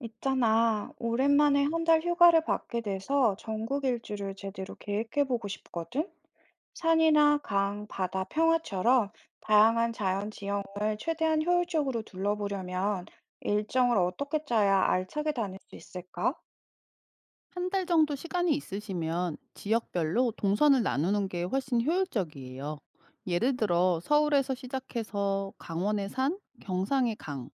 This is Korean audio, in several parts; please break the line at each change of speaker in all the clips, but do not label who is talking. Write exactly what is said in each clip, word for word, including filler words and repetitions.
있잖아, 오랜만에 한달 휴가를 받게 돼서 전국 일주를 제대로 계획해보고 싶거든? 산이나 강, 바다, 평화처럼 다양한 자연 지형을 최대한 효율적으로 둘러보려면 일정을 어떻게 짜야 알차게 다닐 수 있을까?
한 달 정도 시간이 있으시면 지역별로 동선을 나누는 게 훨씬 효율적이에요. 예를 들어 서울에서 시작해서 강원의 산, 경상의 강,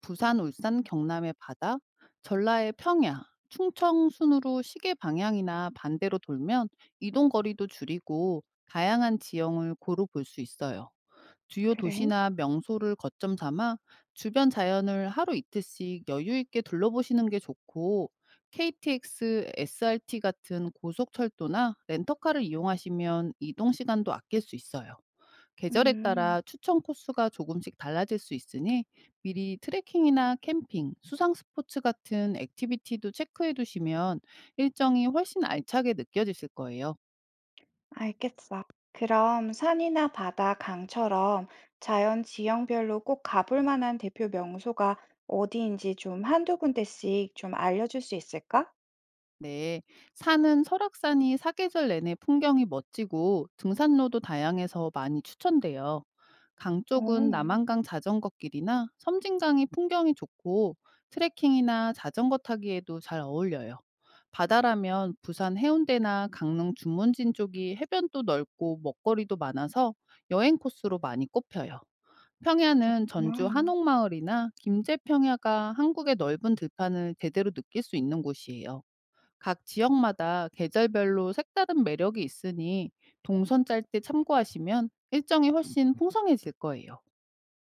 부산, 울산, 경남의 바다, 전라의 평야, 충청 순으로 시계 방향이나 반대로 돌면 이동 거리도 줄이고 다양한 지형을 고루 볼 수 있어요. 주요
그래?
도시나 명소를 거점 삼아 주변 자연을 하루 이틀씩 여유 있게 둘러보시는 게 좋고, 케이티엑스, 에스알티 같은 고속철도나 렌터카를 이용하시면 이동 시간도 아낄 수 있어요. 계절에
음,
따라 추천 코스가 조금씩 달라질 수 있으니 미리 트레킹이나 캠핑, 수상 스포츠 같은 액티비티도 체크해 두시면 일정이 훨씬 알차게 느껴지실 거예요.
알겠어. 그럼 산이나 바다, 강처럼 자연 지형별로 꼭 가볼 만한 대표 명소가 어디인지 좀 한두 군데씩 좀 알려줄 수 있을까?
네, 산은 설악산이 사계절 내내 풍경이 멋지고 등산로도 다양해서 많이 추천돼요. 강 쪽은
오.
남한강 자전거 길이나 섬진강이 풍경이 좋고 트레킹이나 자전거 타기에도 잘 어울려요. 바다라면 부산 해운대나 강릉 주문진 쪽이 해변도 넓고 먹거리도 많아서 여행 코스로 많이 꼽혀요. 평야는
아,
전주 한옥마을이나 김제평야가 한국의 넓은 들판을 제대로 느낄 수 있는 곳이에요. 각 지역마다 계절별로 색다른 매력이 있으니 동선 짤 때 참고하시면 일정이 훨씬 풍성해질 거예요.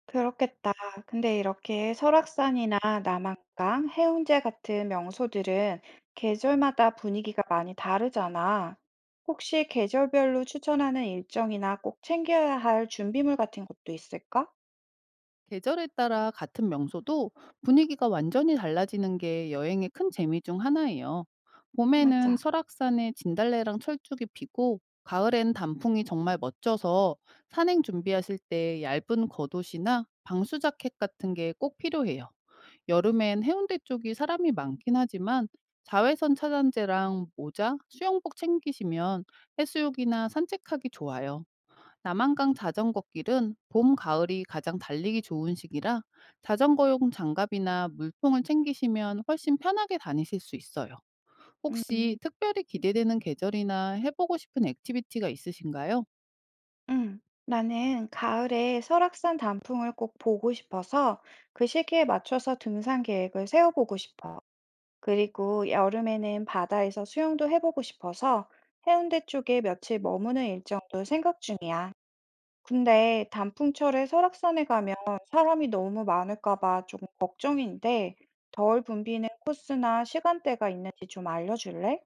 그렇겠다. 근데 이렇게 설악산이나 남한강, 해운대 같은 명소들은 계절마다 분위기가 많이 다르잖아. 혹시 계절별로 추천하는 일정이나 꼭 챙겨야 할 준비물 같은 것도 있을까?
계절에 따라 같은 명소도 분위기가 완전히 달라지는 게 여행의 큰 재미 중 하나예요. 봄에는
맞아.
설악산에 진달래랑 철쭉이 피고, 가을엔 단풍이 정말 멋져서 산행 준비하실 때 얇은 겉옷이나 방수 자켓 같은 게 꼭 필요해요. 여름엔 해운대 쪽이 사람이 많긴 하지만 자외선 차단제랑 모자, 수영복 챙기시면 해수욕이나 산책하기 좋아요. 남한강 자전거 길은 봄, 가을이 가장 달리기 좋은 시기라 자전거용 장갑이나 물통을 챙기시면 훨씬 편하게 다니실 수 있어요. 혹시
음,
특별히 기대되는 계절이나 해보고 싶은 액티비티가 있으신가요?
음. 나는 가을에 설악산 단풍을 꼭 보고 싶어서 그 시기에 맞춰서 등산 계획을 세워보고 싶어. 그리고 여름에는 바다에서 수영도 해보고 싶어서 해운대 쪽에 며칠 머무는 일정도 생각 중이야. 근데 단풍철에 설악산에 가면 사람이 너무 많을까 봐 조금 걱정인데 덜 붐비는 코스나 시간대가 있는지 좀 알려줄래?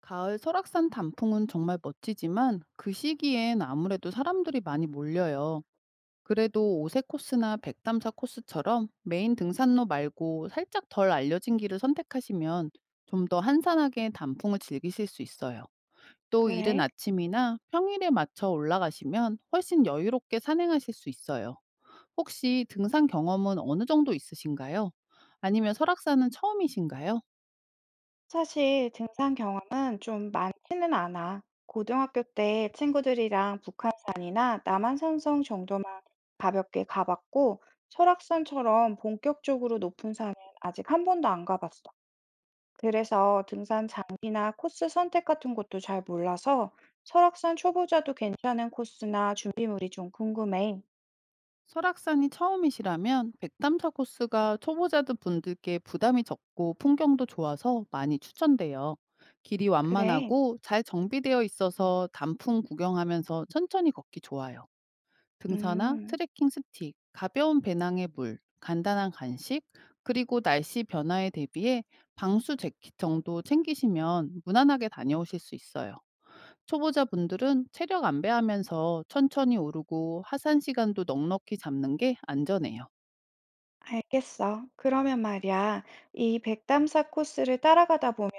가을 설악산 단풍은 정말 멋지지만 그 시기엔 아무래도 사람들이 많이 몰려요. 그래도 오색 코스나 백담사 코스처럼 메인 등산로 말고 살짝 덜 알려진 길을 선택하시면 좀 더 한산하게 단풍을 즐기실 수 있어요. 또 이른
그래.
아침이나 평일에 맞춰 올라가시면 훨씬 여유롭게 산행하실 수 있어요. 혹시 등산 경험은 어느 정도 있으신가요? 아니면 설악산은 처음이신가요?
사실 등산 경험은 좀 많지는 않아. 고등학교 때 친구들이랑 북한산이나 남한산성 정도 가볍게 가봤고 설악산처럼 본격적으로 높은 산은 아직 한 번도 안 가봤어. 그래서 등산 장비나 코스 선택 같은 것도 잘 몰라서 설악산 초보자도 괜찮은 코스나 준비물이 좀 궁금해.
설악산이 처음이시라면 백담사 코스가 초보자들 분들께 부담이 적고 풍경도 좋아서 많이 추천돼요. 길이
그래.
완만하고 잘 정비되어 있어서 단풍 구경하면서 천천히 걷기 좋아요. 등산화,
음,
트레킹 스틱, 가벼운 배낭에 물, 간단한 간식, 그리고 날씨 변화에 대비해 방수 재킷 정도 챙기시면 무난하게 다녀오실 수 있어요. 초보자분들은 체력 안배하면서 천천히 오르고 하산 시간도 넉넉히 잡는 게 안전해요.
알겠어. 그러면 말이야, 이 백담사 코스를 따라가다 보면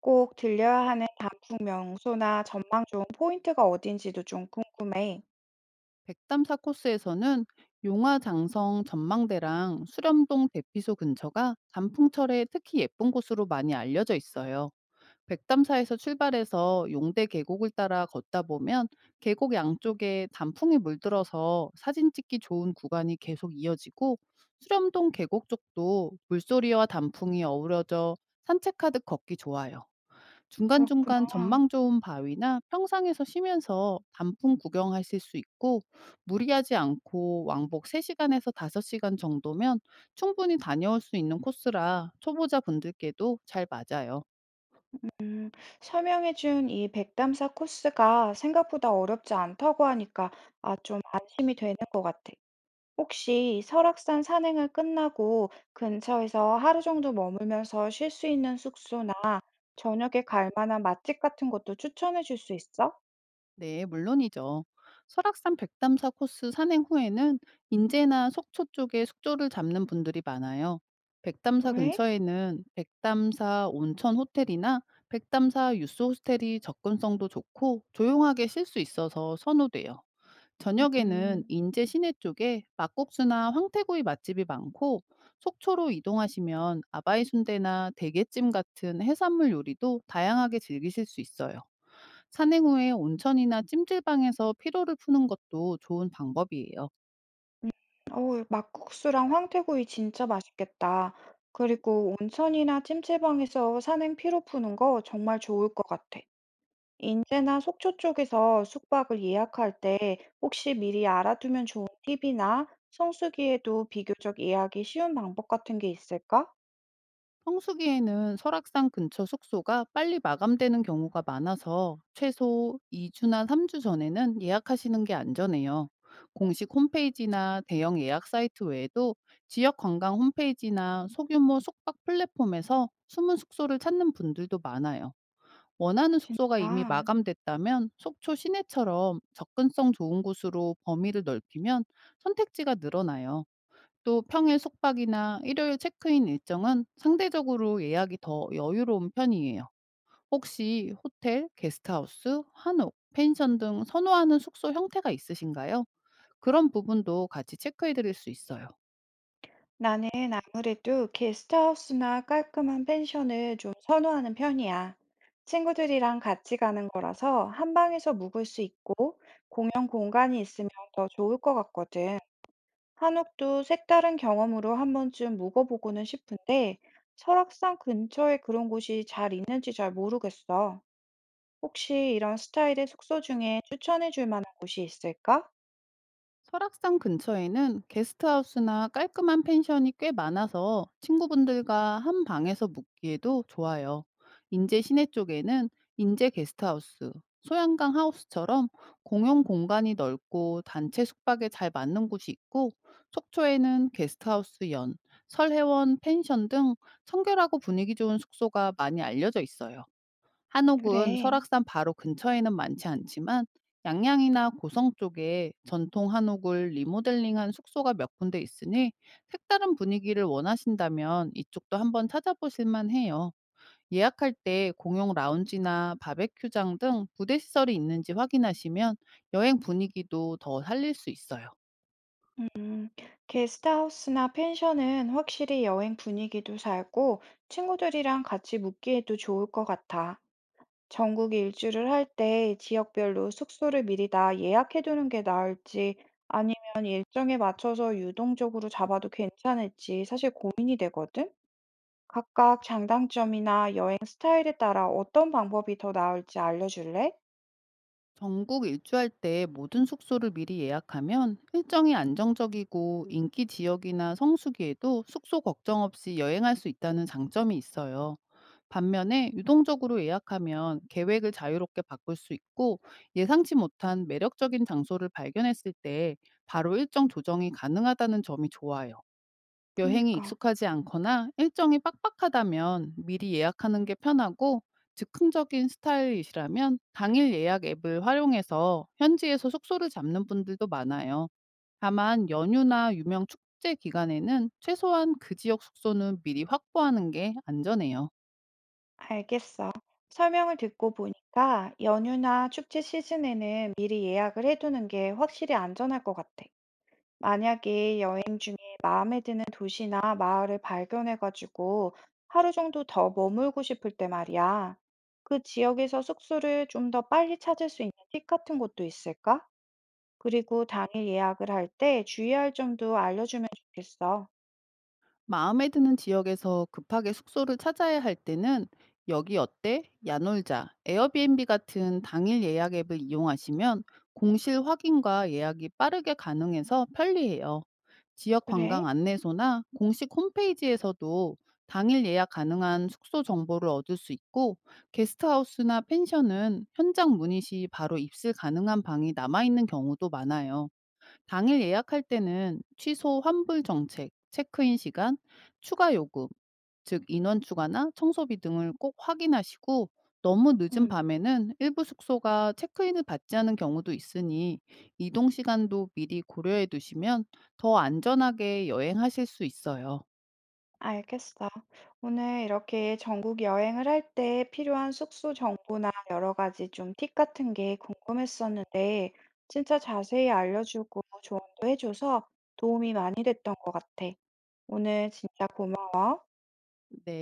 꼭 들려야 하는 단풍 명소나 전망 좋은 포인트가 어딘지도 좀 궁금해.
백담사 코스에서는 용화 장성 전망대랑 수렴동 대피소 근처가 단풍철에 특히 예쁜 곳으로 많이 알려져 있어요. 백담사에서 출발해서 용대 계곡을 따라 걷다 보면 계곡 양쪽에 단풍이 물들어서 사진 찍기 좋은 구간이 계속 이어지고, 수렴동 계곡 쪽도 물소리와 단풍이 어우러져 산책하듯 걷기 좋아요. 중간중간
그렇구나.
전망 좋은 바위나 평상에서 쉬면서 단풍 구경하실 수 있고, 무리하지 않고 왕복 세 시간에서 다섯 시간 정도면 충분히 다녀올 수 있는 코스라 초보자분들께도 잘 맞아요.
음, 설명해준 이 백담사 코스가 생각보다 어렵지 않다고 하니까 아, 좀 안심이 되는 것 같아. 혹시 설악산 산행을 끝나고 근처에서 하루 정도 머물면서 쉴 수 있는 숙소나 저녁에 갈 만한 맛집 같은 것도 추천해 줄 수 있어?
네, 물론이죠. 설악산 백담사 코스 산행 후에는 인제나 속초 쪽에 숙소를 잡는 분들이 많아요. 백담사
왜?
근처에는 백담사 온천 호텔이나 백담사 유스 호스텔이 접근성도 좋고 조용하게 쉴 수 있어서 선호돼요. 저녁에는
음,
인제 시내 쪽에 막국수나 황태구이 맛집이 많고, 속초로 이동하시면 아바이 순대나 대게찜 같은 해산물 요리도 다양하게 즐기실 수 있어요. 산행 후에 온천이나 찜질방에서 피로를 푸는 것도 좋은 방법이에요.
음, 어우, 막국수랑 황태구이 진짜 맛있겠다. 그리고 온천이나 찜질방에서 산행 피로 푸는 거 정말 좋을 것 같아. 인제나 속초 쪽에서 숙박을 예약할 때 혹시 미리 알아두면 좋은 팁이나 성수기에도 비교적 예약이 쉬운 방법 같은 게 있을까?
성수기에는 설악산 근처 숙소가 빨리 마감되는 경우가 많아서 최소 이 주나 삼 주 전에는 예약하시는 게 안전해요. 공식 홈페이지나 대형 예약 사이트 외에도 지역 관광 홈페이지나 소규모 숙박 플랫폼에서 숨은 숙소를 찾는 분들도 많아요. 원하는 숙소가 이미
진짜.
마감됐다면 속초 시내처럼 접근성 좋은 곳으로 범위를 넓히면 선택지가 늘어나요. 또 평일 숙박이나 일요일 체크인 일정은 상대적으로 예약이 더 여유로운 편이에요. 혹시 호텔, 게스트하우스, 한옥, 펜션 등 선호하는 숙소 형태가 있으신가요? 그런 부분도 같이 체크해 드릴 수 있어요.
나는 아무래도 게스트하우스나 깔끔한 펜션을 좀 선호하는 편이야. 친구들이랑 같이 가는 거라서 한 방에서 묵을 수 있고 공연 공간이 있으면 더 좋을 것 같거든. 한옥도 색다른 경험으로 한 번쯤 묵어보고는 싶은데 설악산 근처에 그런 곳이 잘 있는지 잘 모르겠어. 혹시 이런 스타일의 숙소 중에 추천해 줄 만한 곳이 있을까?
설악산 근처에는 게스트하우스나 깔끔한 펜션이 꽤 많아서 친구분들과 한 방에서 묵기에도 좋아요. 인제 시내 쪽에는 인제 게스트하우스, 소양강 하우스처럼 공용 공간이 넓고 단체 숙박에 잘 맞는 곳이 있고, 속초에는 게스트하우스 연, 설해원 펜션 등 청결하고 분위기 좋은 숙소가 많이 알려져 있어요. 한옥은
그래.
설악산 바로 근처에는 많지 않지만 양양이나 고성 쪽에 전통 한옥을 리모델링한 숙소가 몇 군데 있으니 색다른 분위기를 원하신다면 이쪽도 한번 찾아보실 만해요. 예약할 때 공용 라운지나 바베큐장 등 부대 시설이 있는지 확인하시면 여행 분위기도 더 살릴 수 있어요.
음, 게스트하우스나 펜션은 확실히 여행 분위기도 살고 친구들이랑 같이 묵기에도 좋을 것 같아. 전국 일주를 할 때 지역별로 숙소를 미리 다 예약해 두는 게 나을지 아니면 일정에 맞춰서 유동적으로 잡아도 괜찮을지 사실 고민이 되거든? 각각 장단점이나 여행 스타일에 따라 어떤 방법이 더 나을지 알려줄래?
전국 일주할 때 모든 숙소를 미리 예약하면 일정이 안정적이고 인기 지역이나 성수기에도 숙소 걱정 없이 여행할 수 있다는 장점이 있어요. 반면에 유동적으로 예약하면 계획을 자유롭게 바꿀 수 있고 예상치 못한 매력적인 장소를 발견했을 때 바로 일정 조정이 가능하다는 점이 좋아요. 여행이
그니까,
익숙하지 않거나 일정이 빡빡하다면 미리 예약하는 게 편하고, 즉흥적인 스타일이시라면 당일 예약 앱을 활용해서 현지에서 숙소를 잡는 분들도 많아요. 다만 연휴나 유명 축제 기간에는 최소한 그 지역 숙소는 미리 확보하는 게 안전해요.
알겠어. 설명을 듣고 보니까 연휴나 축제 시즌에는 미리 예약을 해두는 게 확실히 안전할 것 같아. 만약에 여행 중에 마음에 드는 도시나 마을을 발견해가지고 하루 정도 더 머물고 싶을 때 말이야. 그 지역에서 숙소를 좀 더 빨리 찾을 수 있는 팁 같은 것도 있을까? 그리고 당일 예약을 할 때 주의할 점도 알려주면 좋겠어.
마음에 드는 지역에서 급하게 숙소를 찾아야 할 때는 여기 어때, 야놀자, 에어비앤비 같은 당일 예약 앱을 이용하시면 공실 확인과 예약이 빠르게 가능해서 편리해요. 지역 관광
그래?
안내소나 공식 홈페이지에서도 당일 예약 가능한 숙소 정보를 얻을 수 있고, 게스트하우스나 펜션은 현장 문의 시 바로 입실 가능한 방이 남아 있는 경우도 많아요. 당일 예약할 때는 취소 환불 정책, 체크인 시간, 추가 요금, 즉 인원 추가나 청소비 등을 꼭 확인하시고, 너무 늦은
응.
밤에는 일부 숙소가 체크인을 받지 않은 경우도 있으니 이동 시간도 미리 고려해 두시면 더 안전하게 여행하실 수 있어요.
알겠어. 오늘 이렇게 전국 여행을 할 때 필요한 숙소 정보나 여러 가지 좀 팁 같은 게 궁금했었는데, 진짜 자세히 알려주고 조언도 해줘서 도움이 많이 됐던 것 같아. 오늘 진짜 고마워.
네.